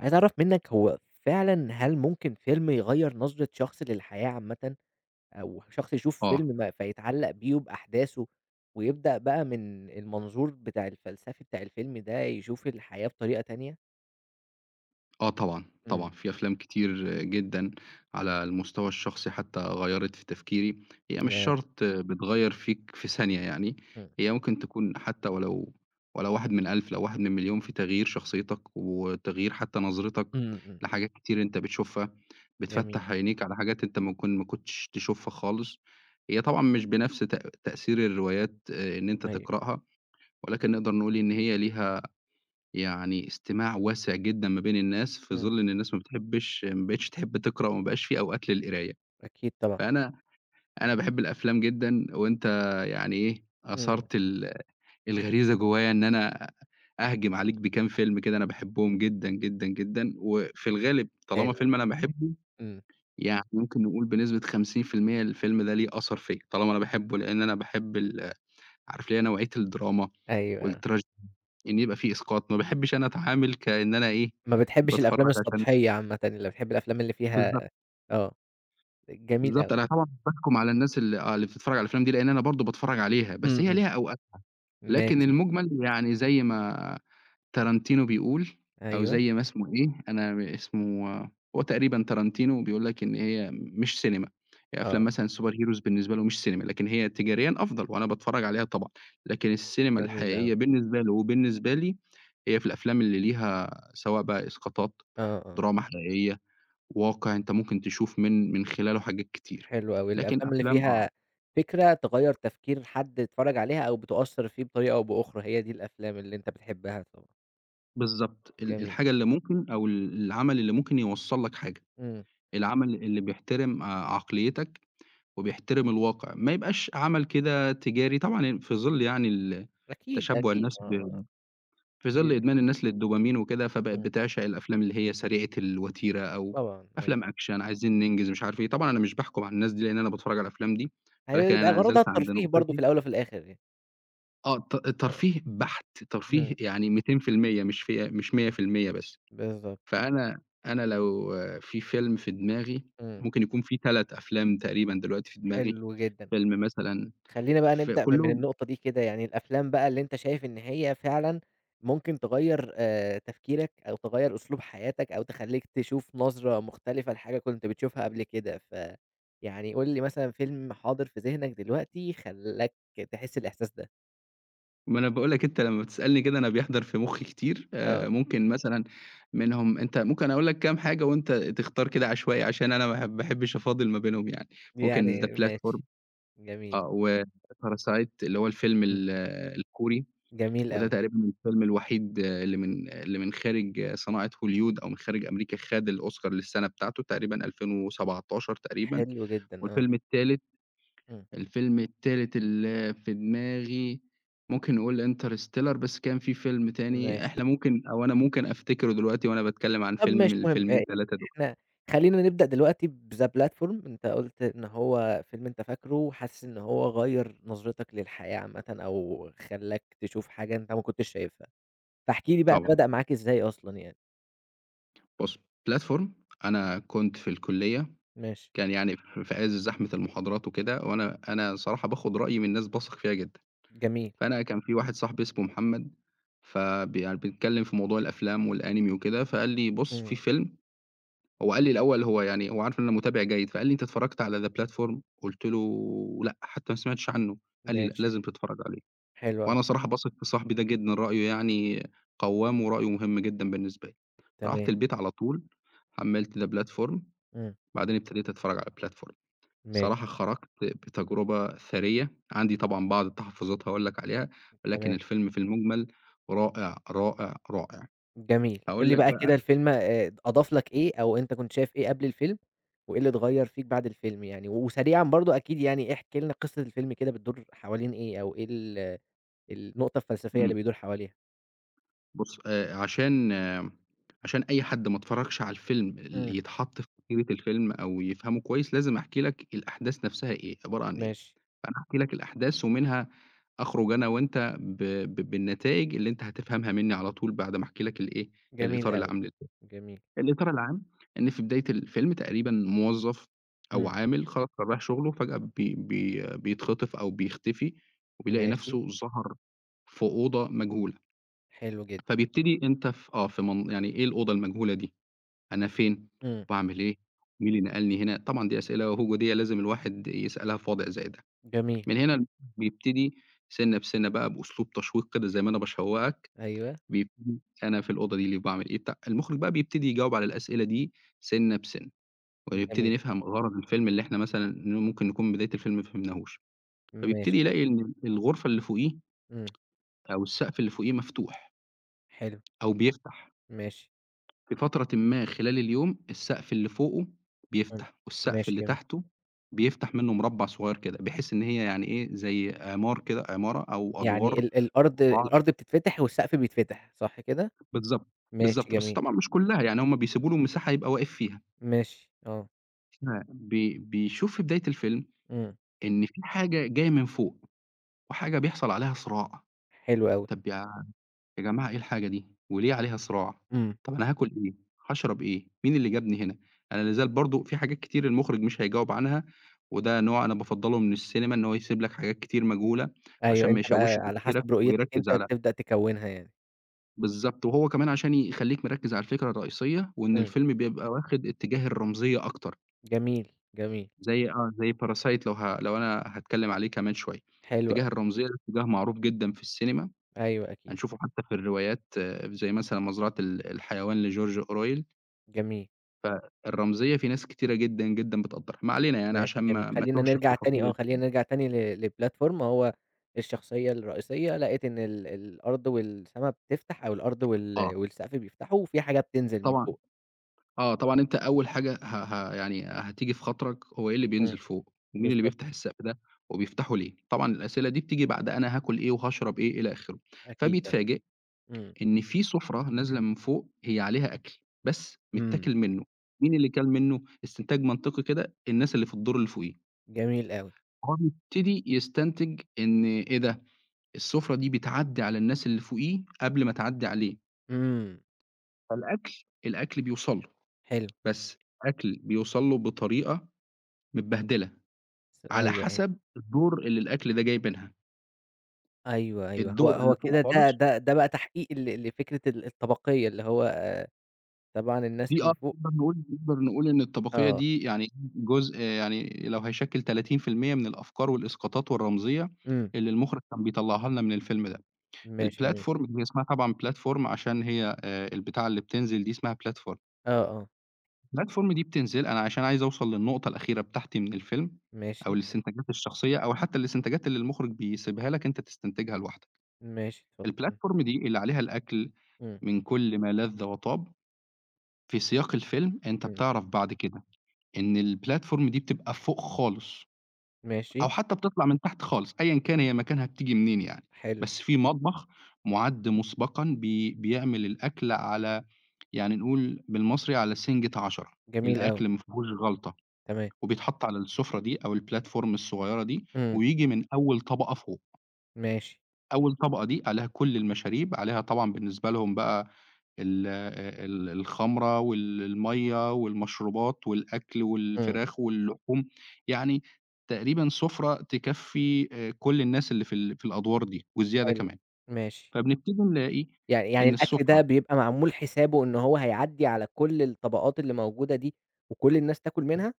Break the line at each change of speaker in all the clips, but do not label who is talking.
عايز أعرف منّك هو فعلًا هل ممكن فيلم يغيّر نظرة شخص للحياة عامةً، أو شخص يشوف
آه،
فيلم ما فيتعلّق بيه وبأحداثه، ويبدأ بقى من المنظور بتاع الفلسفي بتاع الفيلم ده يشوف الحياة بطريقة تانية؟
آه طبعًا،
إمم،
طبعًا في أفلام كتير جدًا على المستوى الشخصي حتى غيّرت في تفكيري، هي مش
ياه!
شرط بتغيّر فيك في ثانية يعني،
إمم،
هي ممكن تكون حتى ولو ولو واحد من 1000 لو واحد من مليون في تغيير شخصيتك، وتغيير حتى نظرتك
إمم، إمم،
لحاجات كتير أنت بتشوفها،
جميل،
بتفتح عينيك على حاجات أنت ممكن ما كنتش تشوفها خالص، هي طبعًا مش بنفس تأثير الروايات إن أنت
أيوه،
تقرأها، ولكن نقدر نقول إن هي ليها يعني إستماع واسع جدًا ما بين الناس، في
إمم،
ظِل إن الناس ما بتحبّش ما بقِتش تحب تقرأ وما بقاش في أوقات للقراية،
أكيد طبعًا،
فأنا أنا باحب الأفلام جدًا وأنت يعني إيه،
إمم،
أثَرت الغريزة جوّايا إن أنا أهجم عليك بكام فيلم كده أنا باحبّهم جدًا، جدًا، جدًا، وفي الغالب طالما
حلو،
فيلم أنا باحبّه،
إمم،
يعني ممكن نقول بنسبة 50% الفيلم ده ليه أثَر فيّا، طالما أنا باحبّه لإن أنا باحب عارف اللي هي نوعية الدراما
أيوه،
والتراج إن يبقى في إسقاط، ما باحبش أنا أتعامل كإن أنا إيه،
ما بتحبش الأفلام
باتفرّج عشان
السطحية عامةً، اللي بتحب الأفلام اللي فيها
بالضبط،
آه، جميل أوي،
بالضبط، أنا طبعًا باحكُم على الناس اللي آه، اللي بتتفرّج على الأفلام دي لإن أنا برضه باتفرّج عليها،
إمم،
بس هي
إمم،
ليها أوقات. لكن
ماشي،
المُجمل يعني زي ما تارانتينو بيقول، أو
أيوه،
زي ما اسمه إيه، أنا اسمه هو تقريبًا تارانتينو بيقول لك إن هي مش سينما، هي أفلام
آه،
مثلًا السوبر هيروز بالنسبة له مش سينما، لكن هي تجاريًا أفضل وأنا باتفرّج عليها طبعًا، لكن السينما
جميل أوي.
الحقيقية بالنسبة له وبالنسبة لي هي في الأفلام اللي ليها سواء بقى إسقاطات،
آه، آه،
دراما حقيقية، واقع أنت ممكن تشوف من خلاله حاجات كتير،
حلو أوي،
لكن
الأفلام اللي
أفلام آه.
فيها فكرة تغيّر تفكير حد اتفرّج عليها أو بتأثّر فيه بطريقة أو بأخرى، هي دي الأفلام اللي أنت بتحبها طبعًا،
بالضبط،
جميل،
الحاجة اللي ممكن أو العمل اللي ممكن يوصّل لك حاجة،
إمم،
العمل اللي بيحترم عقليتك وبيحترم الواقع، ما يبقاش عمل كده تجاري، طبعًا في ظِل يعني ال
أكيد،
تشبُّع
أكيد،
الناس
آه،
ب
آه،
في ظِل
بيبقى
إدمان الناس للدوبامين وكده، فبقت
إمم،
بتعشق الأفلام اللي هي سريعة الوتيرة أو
طبعًا أيوه،
أفلام أكشن، عايزين ننجز مش عارف إيه، طبعًا أنا مش باحكُم على الناس دي لإن أنا باتفرّج على الأفلام دي،
هي
ولكن
بيبقى
أنا
غرضها
زِلت عند
الترفيه برضه في
نقطتي
الأول وفي الآخر يعني،
آه،
آه،
ترفيه بَحت،
إمم،
ترفيه يعني 200% مش في مش 100% بس.
بالضبط،
فأنا أنا لو في فيلم في دماغي
إمم،
ممكن يكون في 3 أفلام تقريبًا دلوقتي في دماغي،
حلو جدًا.
فيلم مثلًا
خلّينا بقى
ف
نبدأ من
كلّهم
النقطة دي كده، يعني الأفلام بقى اللي أنت شايف إن هي فعلًا ممكن تغيّر تفكيرك أو تغيّر أسلوب حياتك أو تخلّيك تشوف نظرة مختلفة لحاجة كنت بتشوفها قبل كده، يعني قُل لي مثلًا فيلم حاضر في ذهنك دلوقتي خلّاك تحس الإحساس ده؟
ما أنا باقول لك أنت لمّا بتسألني كده أنا بيحضر في مُخّي كتير،
آه،
ممكن مثلًا منهم أنت ممكن أقول لك كام حاجة وأنت تختار كده عشوائي عشان أنا ما ب باحبش أفاضل ما بينهم يعني، ممكن The
يعني
Platform
ماشي، جميل،
آه، و Parasite اللي هو الفيلم
إمم، إمم.
الكوري.
جميل
وده
أوي،
تقريبًا الفيلم الوحيد اللي من اللي من خارج صناعة هوليود أو من خارج أمريكا خَد الأوسكار للسنة بتاعته تقريبًا 2017 تقريبًا،
حلو جدًا، آه،
والفيلم التالت
إمم،
الفيلم التالت اللي في دماغي ممكن نقول Interstellar، بس كان في فيلم تاني
ماشي.
إحنا ممكن أو أنا ممكن أفتكره دلوقتي وأنا باتكلم عن
طب
فيلم
مش
من
مهم،
الفيلمين 3 دول.
إحنا خلّينا نبدأ دلوقتي بThe Platform، أنت قُلت إن هو فيلم أنت فاكره وحاسس إن هو غيّر نظرتك للحياة عامةً أو خلّاك تشوف حاجة أنت ما كنتش شايفها، فاحكِ لي بقى ده
طبعًا.
بدأ معاك إزاي أصلًا يعني؟
بُص، platform. أنا كنت في الكلية،
ماشي،
كان يعني في عِز زحمة المحاضرات وكده، أنا صراحة باخد رأي من ناس باثق فيها جدًا.
جميل،
فأنا كان في واحد صاحبي اسمه محمد، يعني بنتكلّم في موضوع الأفلام والأنمي وكده، فقال لي: "بُص في
إمم،
فيلم". هو قال لي الأول هو يعني هو عارف إن أنا متابع جيد، فقال لي: "أنت اتفرّجت على The Platform؟" قُلت له: "لأ، حتى ما سمعتش عنه." قال لي: "لأ،
ماشي،
لازم تتفرّج عليه."
حلو أوي،
وأنا صراحة باثق في صاحبي ده جدًا، رأيه يعني قوّام ورأيه مهم جدًا بالنسبة لي.
تمام،
رُحت البيت على طول، حمّلت The Platform،
إمم،
بعدين ابتديت أتفرّج على The Platform.
ماشي،
بصراحة خرجت بتجربة ثرية، عندي طبعًا بعض التحفظات هاقول لك عليها، ولكن
تمام.
الفيلم في المجمل رائع، رائع، رائع.
جميل. قُل
هاقول
لي
لك
بقى كده
بقى.
الفيلم أضاف لك إيه، أو أنت كنت شايف إيه قبل الفيلم، وإيه اللي اتغيّر فيك بعد الفيلم يعني؟ وسريعًا برضه أكيد يعني احكِ لنا قصة الفيلم كده بتدور حوالين إيه، أو إيه النقطة الفلسفية اللي
إمم،
بيدور حواليها؟
بُص عشان آه، عشان أي حد ما اتفرجش على الفيلم
إمم،
يتحط في فكرة الفيلم أو يفهمه كويس، لازم أحكي لك الأحداث نفسها إيه، عبارة عن إيه.
ماشي،
فأنا هاحكي لك الأحداث ومنها أخرج أنا وأنت ب ب بالنتايج اللي أنت هتفهمها منّي على طول بعد ما أحكي لك الإيه،
جميل
الإطار
أوي،
العام للفيلم.
جميل،
الإطار العام إن في بداية الفيلم تقريبًا موظف أو
إمم،
عامل خلاص كان رايح شغله فجأة بي بي بيتخطف أو بيختفي، وبيلاقي
ماشي،
نَفْسه ظَهر في أوضة مجهولة،
حلو جدًا،
فبيبتدي أنت في آه، في من يعني إيه الأوضة المجهولة دي، أنا فين،
إمم،
باعمل إيه، مين اللي نقلني هنا، طبعًا دي أسئلة وجودية لازم الواحد يسألها في وضع زي ده،
جميل،
من هنا بيبتدي سِنّة بسِنّة بقى بأسلوب تشويق كده زي ما أنا باشوّقك،
أيوه،
بيبتدي أنا في الأوضة دي ليه، باعمل إيه، بتاع، المُخرج بقى بيبتدي يجاوب على الأسئلة دي سِنّة بسِنّة.
جميل،
ونبتدي نفهم غرض الفيلم اللي إحنا مثلًا ممكن نكون بداية الفيلم ما فهمناهوش،
ماشي،
فبيبتدي يلاقي إن الغرفة اللي فوقيه
إمم،
أو السقف اللي فوقيه مفتوح
حلو،
أو بيفتح،
ماشي،
في فترةٍ ما خلال اليوم السقف اللي فوقه
إمم،
بيفتح، والسقف
ماشي
اللي
جميل،
تحته بيفتح منه مربع صغير كده، بحيث إن هي يعني إيه زي عمار كده عمارة أو
يعني
أدوار
ال
مع
الأرض
بعض.
الأرض بتتفتح والسقف بيتفتح، صح كده؟
بالضبط،
ماشي
بالضبط، بس
جميل.
طبعًا مش كلها يعني هم بيسيبوا له مساحة يبقى واقف فيها،
ماشي، آه،
بيشوف في بداية الفيلم
إمم،
إن في حاجة جاية من فوق، وحاجة بيحصل عليها صراع.
حلو أوي،
طب يا جماعة إيه الحاجة دي، وليه عليها صراع؟
إمم،
طب أنا هاكل إيه، هاشرب إيه، مين اللي جابني هنا؟ أنا لا زال برضه في حاجات كتير المُخرِج مش هيجاوب عنها، وده نوع أنا بافضّله من السينما إن هو يسيب لك حاجات كتير مجهولة، عشان
أيوه
ما
أنت بقى
يشوّشش
على
تفكيرك
حسب رؤيتك
ويركّز
أنت
على
تبدأ تكوّنها يعني،
بالضبط، وهو كمان عشان يخلّيك مركّز على الفكرة الرئيسية، وإن
إمم،
الفيلم بيبقى واخد اتجاه الرمزية أكتر،
جميل، جميل،
زي آه، زي Parasite لو أنا هاتكلّم عليه كمان شوية،
حلو أوي،
الاتجاه الرمزية ده اتجاه معروف جدًا في السينما،
أيوه أكيد،
هنشوفه حتى في الروايات آه، زي مثلًا مزرعة الحيوان لجورج أورويل،
جميل،
فالرمزية في ناس كتيرة جدًا، جدًا بتقدّرها، ما علينا يعني
ماشي
عشان
جميل،
ما
خلّينا
اتوهش في
نرجع تاني
تفاصيل
آه، خلّينا نرجع تاني ل لPlatform هو الشخصية الرئيسية لقِت إن الأرض والسما بتفتح أو الأرض
آه،
والسقف بيفتحوا وفي حاجة بتنزل من
طبعًا
فوق،
آه، طبعًا أنت أول حاجة ه ه يعني هتيجي في خاطرك هو إيه اللي
إمم،
بينزل فوق، ومين اللي
بالضبط،
بيفتح السقف ده، وبيفتحه ليه، طبعًا الأسئلة دي بتيجي بعد أنا هاكل إيه وهاشرب إيه إلى آخره،
أكيد آه،
فبيتفاجئ
إمم،
إن في سُفرة نازلة من فوق هي عليها أكل، بس
إمم،
متاكل منه، مين اللي كَل منه؟ استنتاج منطقي كده، الناس اللي في الدور اللي فوقيه.
جميل أوي،
هو بيبتدي يستنتج إن إيه ده، السُفرة دي بتعدّي على الناس اللي فوقيه قبل ما تعدّي عليه،
إمم،
الأكل بيوصل له،
حلو،
بس الأكل بيوصل له بطريقة متبهدلة، على
أيوه، أيوه.
حسب الدور اللي الأكل ده جاي منها،
أيوه، أيوه. هو
الدور
هو
اللي
كده
فوق
ده
خالص
ده ده بقى تحقيق ل لفكرة الطبقية، اللي هو طبعًا الناس
دي
اللي
آه
فوق
نقدر نقول إن الطبقية
آه.
دي يعني جزء يعني لو هيشكّل 30% من الأفكار والإسقاطات والرمزية
إمم.
اللي المُخرج كان بيطلّعها لنا من الفيلم ده.
ماشي جميل.
الplatform هي اسمها طبعًا platform عشان هي البتاعة اللي بتنزل دي اسمها platform.
آه، آه.
الplatform دي بتنزل، أنا عشان عايز أوصل للنقطة الأخيرة بتاعتي من الفيلم، أو
ماشي،
الاستنتاجات الشخصية، أو حتى الاستنتاجات اللي المخرج بيسيبها لك أنت تستنتجها لوحدك.
ماشي اتفضل.
الplatform دي اللي عليها الأكل
إمم، إمم،
من كل ما لذ وطاب في سياق الفيلم، أنت
إمم.
بتعرف بعد كده إن الplatform دي بتبقى فوق خالص،
ماشي،
أو حتى بتطلع من تحت خالص، أيًا كان هي مكانها بتيجي منين يعني.
حلو،
بس في مطبخ مُعَد مسبقًا بيعمل الأكل على يعني نقول بالمصري على سنجة 10،
جميل أوي،
الأكل ما فيهوش غلطة.
تمام.
وبيتحط على السفرة دي أو الplatform الصغيّرة دي،
إمم،
وييجي من أول طبقة فوق،
ماشي.
أول طبقة دي عليها كل المشاريب، عليها طبعًا بالنسبة لهم بقى ال ال الخمرة المَيّة والمشروبات والأكل
إمم،
والفراخ واللحوم، يعني تقريبًا سفرة تكفّي كل الناس اللي في الأدوار دي وزيادة
حلو،
كمان،
ماشي.
فبنبتدي نلاقي
يعني يعني
إن
الأكل ده
السفرة
بيبقى معمول حسابه إن هو هيعدّي على كل الطبقات اللي موجودة دي، وكل الناس تاكل منها؟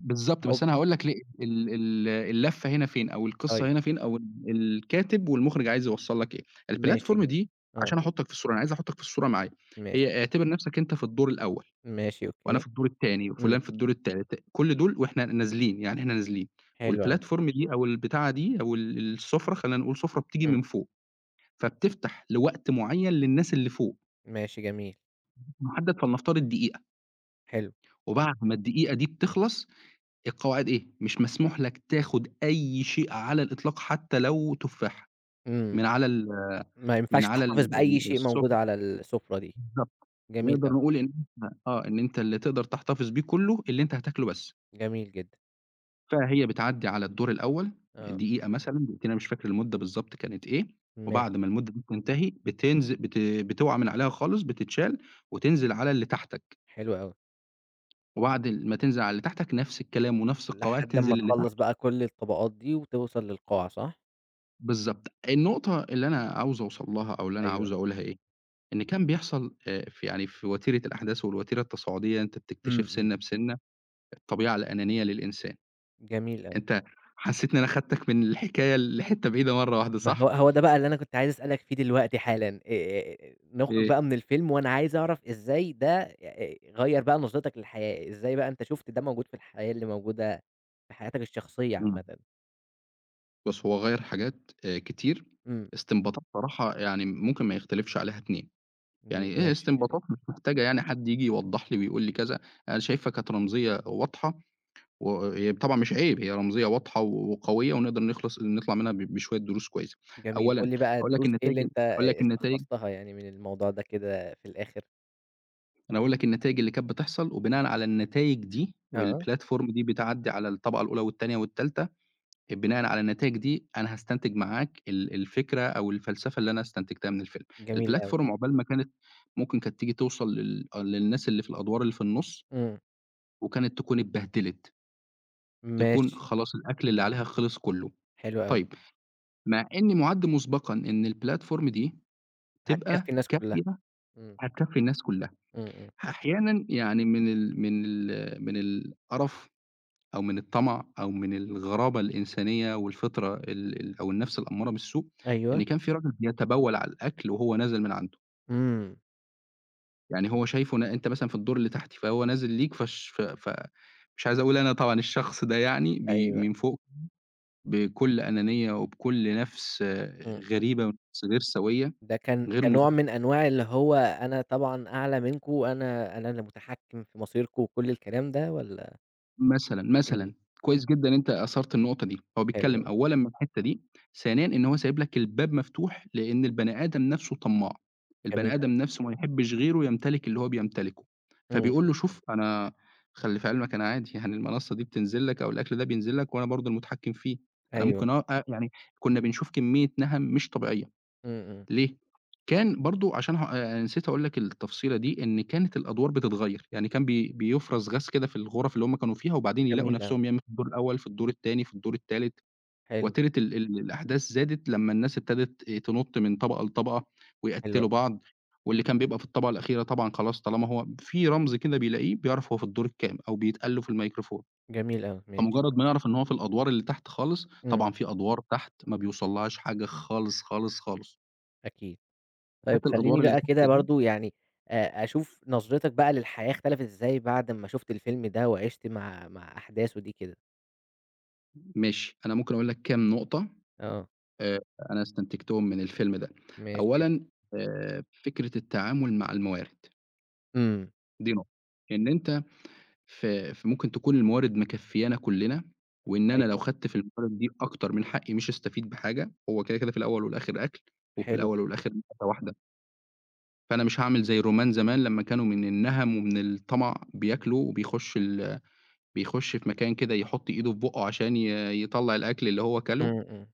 بالضبط،
هو
بس أنا هاقول لك ليه ال ال اللفة هنا فين، أو
طيب،
القصة هنا فين، أو الكاتب والمخرج عايز يوصّل لك إيه.
ماشي
الplatform
جميل.
دي،
آه،
عشان أحُطّك في الصورة، أنا عايز أحُطّك في الصورة معايا،
ماشي،
هي اعتبر نَفْسك أنت في الدور الأول،
ماشي
وأنا
أوكي.
في الدور التاني،
إمم،
وفُلان في الدور التالت، كل دول وإحنا نازلين، يعني إحنا نازلين،
حلو أوي.
والplatform دي أو البتاعة دي أو السُفرة خلّينا نقول سُفرة بتيجي
إمم.
من فوق، فبتفتح لوقت معيّن للناس اللي فوق،
ماشي جميل،
محدد فلنفترض دقيقة،
حلو،
وبعد ما الدقيقة دي بتخلص القواعد إيه، مش مسموح لك تاخُد أي شيء على الإطلاق حتى لو تفاحة،
إمم،
من على ال
ما
من
ينفعش
على
تحتفظ
ال
بأي
ال
شيء موجود
السفرة
على السفرة دي،
بالضبط،
جميل
نقدر
أوي،
نقول إن إحنا آه، إن أنت اللي تقدر تحتفظ بيه كلّه اللي أنت هتاكله بس،
جميل جدًا،
فهي بتعدّي على الدور الأول
آه،
دقيقة مثلًا، دقيقتين، أنا مش فاكر المدة بالضبط كانت إيه، وبعد
ماشي،
ما المدة دي تنتهي بتنز بت بتُقَع من عليها خالص، بتتشال وتنزل على اللي تحتك،
حلو أوي،
وبعد ما تنزل على اللي تحتك نفس الكلام ونفس القواعد
لحد
تنزل
أمّا
للي
تخلّص
تحت.
بقى كل الطبقات دي وتوصل للقاعة صح؟
بالضبط. النقطة اللي أنا عاوز أوصل لها أو اللي أنا
أيوه،
عاوز أقولها إيه، إن كان بيحصل في يعني في وتيرة الأحداث والوتيرة التصاعدية أنت
إمم،
بتكتشف
إمم،
سِنّة بسِنّة الطبيعة الأنانية للإنسان.
جميل أوي،
أنت حسّيت إن أنا خدتك من الحكاية لحتّة بعيدة مرّة واحدة
ما هو
صح؟
هو ده بقى اللي أنا كنت عايز أسألك فيه دلوقتي حالًا، نخرج
إيه،
بقى من الفيلم وأنا عايز أعرف إزاي ده غيّر بقى نظرتك للحياة، إزاي بقى أنت شُفت ده موجود في الحياة اللي موجودة في حياتك الشخصية
إمم.
عامةً؟
بُص، هو غيّر حاجات كتير،
إمم،
استنباطات صراحة يعني ممكن ما يختلفش عليها 2. يعني
إمم،
إيه
ماشي.
استنباطات مش محتاجة يعني حد ييجي يوضّح لي ويقول لي كذا، أنا شايفها كانت رمزية واضحة وهي طبعًا مش عيب، هي رمزية واضحة وقوية ونقدر نخلص نطلع منها بشوية دروس كويسة.
جميل، قُل
أولًا
لي بقى
هاقول لك
دروس إيه اللي
النتايج ال
أنت
هاقول لك النتايج
استخلصتها يعني من الموضوع ده كده في الآخر؟
أنا هاقول لك النتايج اللي كانت بتحصل، وبناءً على النتايج دي
آه،
والplatform دي بتعدّي على الطبقة الأولى والتانية والتالتة، بناءً على النتايج دي أنا هاستنتج معاك الفكرة أو الفلسفة اللي أنا استنتجتها من الفيلم.
جميل أوي،
الplatform عقبال ما كانت ممكن كانت تيجي توصل للناس اللي في الأدوار اللي في النُص،
إمم،
وكانت تكون اتبهدلت، تكون
ماشي،
خلاص الأكل اللي عليها خلص كُلّه.
حلو أوي،
طيب مع إني مُعَدّ مسبقًا إن الplatform دي
هتكفّي
تبقى
الناس كلّها،
كافية،
إمم،
هتكفّي الناس كلّها.
إمم، إمم،
أحيانًا يعني من القرف أو من الطمع أو من الغرابة الإنسانية والفطرة ال ال أو النَفْس الأمّارة بالسوء،
أيوه،
إن كان في راجل بيتبول على الأكل وهو نازل من عنده.
إمم،
يعني هو شايفه أنت مثلًا في الدور اللي تحت، فهو نازل ليك فش ف ف مش عايز أقول أنا طبعًا الشخص ده يعني
أيوه،
من فوق بكل أنانية وبكل نَفْس آه،
إمم،
غريبة ونَفْس غير سوية،
ده كان
غير مت
كنوع من أنواع اللي هو أنا طبعًا أعلى منكم، أنا أنا اللي متحكّم في مصيركم وكلّ الكلام ده والّا
مثلًا،
إمم،
مثلًا، كويس جدًا إن أنت أثرت النقطة دي، هو
حلو
بيتكلم
أوي،
أولًا من الحتة دي، ثانيًا إن هو سايب لك الباب مفتوح، لإن البني آدم نَفْسه طماع، البني
جميل
آدم
أوي،
نَفْسه ما يحبش غيره يمتلك اللي هو بيمتلكه،
إمم، إمم،
فبيقول له شوف أنا خلّي في علمك أنا عادي يعني المنصة دي بتنزل لك أو الأكل ده بينزل لك وأنا برضه المتحكم فيه، أنا
أيوه،
ممكن أ أ يعني كُنّا بنشوف كمية نَهَم مش طبيعية.
إمم، إمم،
ليه؟ كان برضه عشان ه نسيت أقول لك التفصيلة دي، إن كانت الأدوار بتتغيّر، يعني كان بيُفرز غاز كده في الغرف اللي هُم كانوا فيها، وبعدين يلاقوا
جميل أوي،
نَفْسهم يا إمّا في الدور الأول، في الدور التاني، في الدور التالت،
حلو،
وتيرة ال ال الأحداث زادت لمّا الناس ابتدت تنُط من طبقة لطبقة
حلو أوي،
ويقتّلوا بعض، واللي كان بيبقى في الطبقة الأخيرة طبعًا خلاص طالما هو في رمز كده بيلاقيه، بيعرف هو في الدور الكام أو بيتقال له في الميكروفون،
جميل أوي، ماشي،
فمجرّد ما يعرف إن هو في الأدوار اللي تحت خالص،
إمم،
طبعًا في أدوار تحت ما بيوصلّهاش حاجة خالص، خالص، خالص،
أكيد. طيب
فكانت الأدوار
خلّيني
اللي
بقى
تحت
كده
دي
برضه يعني أشوف نظرتك بقى للحياة اختلفت إزاي بعد أمّا شُفت الفيلم ده وعِشت مع أحداثه دي كده؟
ماشي، أنا ممكن أقول لك كام نقطة
آه،
آآ أنا استنتجتهم من الفيلم ده.
ماشي جميل.
أولًا فكرة التعامل مع الموارد،
إمم،
دي نقطة. إن أنت في ممكن تكون الموارد مكفيانا كلّنا، وإن أنا
أيوه
لو خدت في الموارد دي أكتر من حقي مش هاستفيد بحاجة، هو كده، كده في الأول والآخر أكل، وفي
حلو
الأول
جدًا.
والآخر معدة واحدة، فأنا مش هاعمل زي الرومان زمان لمّا كانوا من النَهَم ومن الطمع بياكلوا وبيخش ال بيخش في مكان كده يحط إيده في بُقّه عشان يطلّع الأكل اللي هو كَلُه،
إمم، إمم.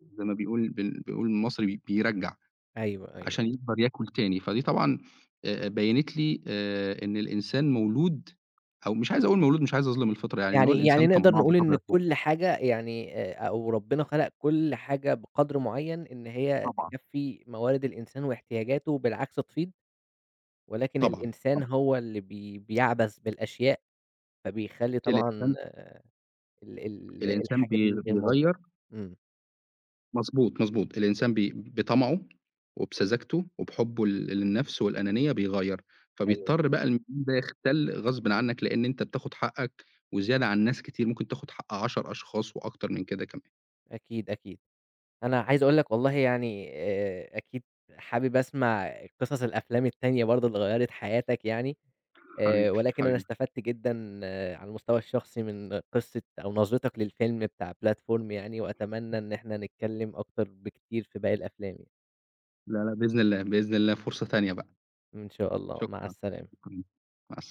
زي ما بيقول المصري بيرجّع،
أيوه،
عشان
أيوه.
يقدر ياكل تاني، فدي طبعًا بيّنت لي إن الإنسان مولود أو مش عايز أقول مولود، مش عايز أظلم الفطرة يعني، إن هو
يعني يعني
الإنسان
نقدر
طماع
نقول إن
بطبيعته.
كل حاجة يعني أو ربنا خلق كل حاجة بقدر معيّن إن هي
طبعًا،
تكفّي موارد الإنسان واحتياجاته بالعكس تفيض، ولكن
طبعًا،
الإنسان
طبعًا.
هو اللي بيعبث بالأشياء، فبيخلّي طبعًا
الإنسان
ال ال
الإنسان
الحاجة
بي
دي غير موجودة.
بيغيّر
إمم.
مضبوط، مضبوط. الإنسان بطمعه وبسذاجته وبحُبّه للنَفْس والأنانية بيغيّر،
حلو،
فبيضطر بقى الميول ده يختل غصبٍ عنّك لإن أنت بتاخُد حقّك وزيادة عن ناس كتير، ممكن تاخُد حق 10 أشخاص وأكتر من كده كمان.
أكيد، أكيد. أنا عايز أقول لك والله يعني أكيد حابب أسمع قصص الأفلام التانية برضه اللي غيّرت حياتك يعني،
حبيبي،
ولكن أنا
حبيبي.
استفدت جدًا آه، على المستوى الشخصي من قصة أو نظرتك للفيلم بتاع بلاتفورم يعني، وأتمنى إن إحنا نتكلّم أكتر بكتير في باقي الأفلام يعني.
لا، لا، بإذن الله، بإذن الله فرصة تانية بقى.
إن شاء الله، مع
شكرًا،
السلامة.
شكرًا. مع الس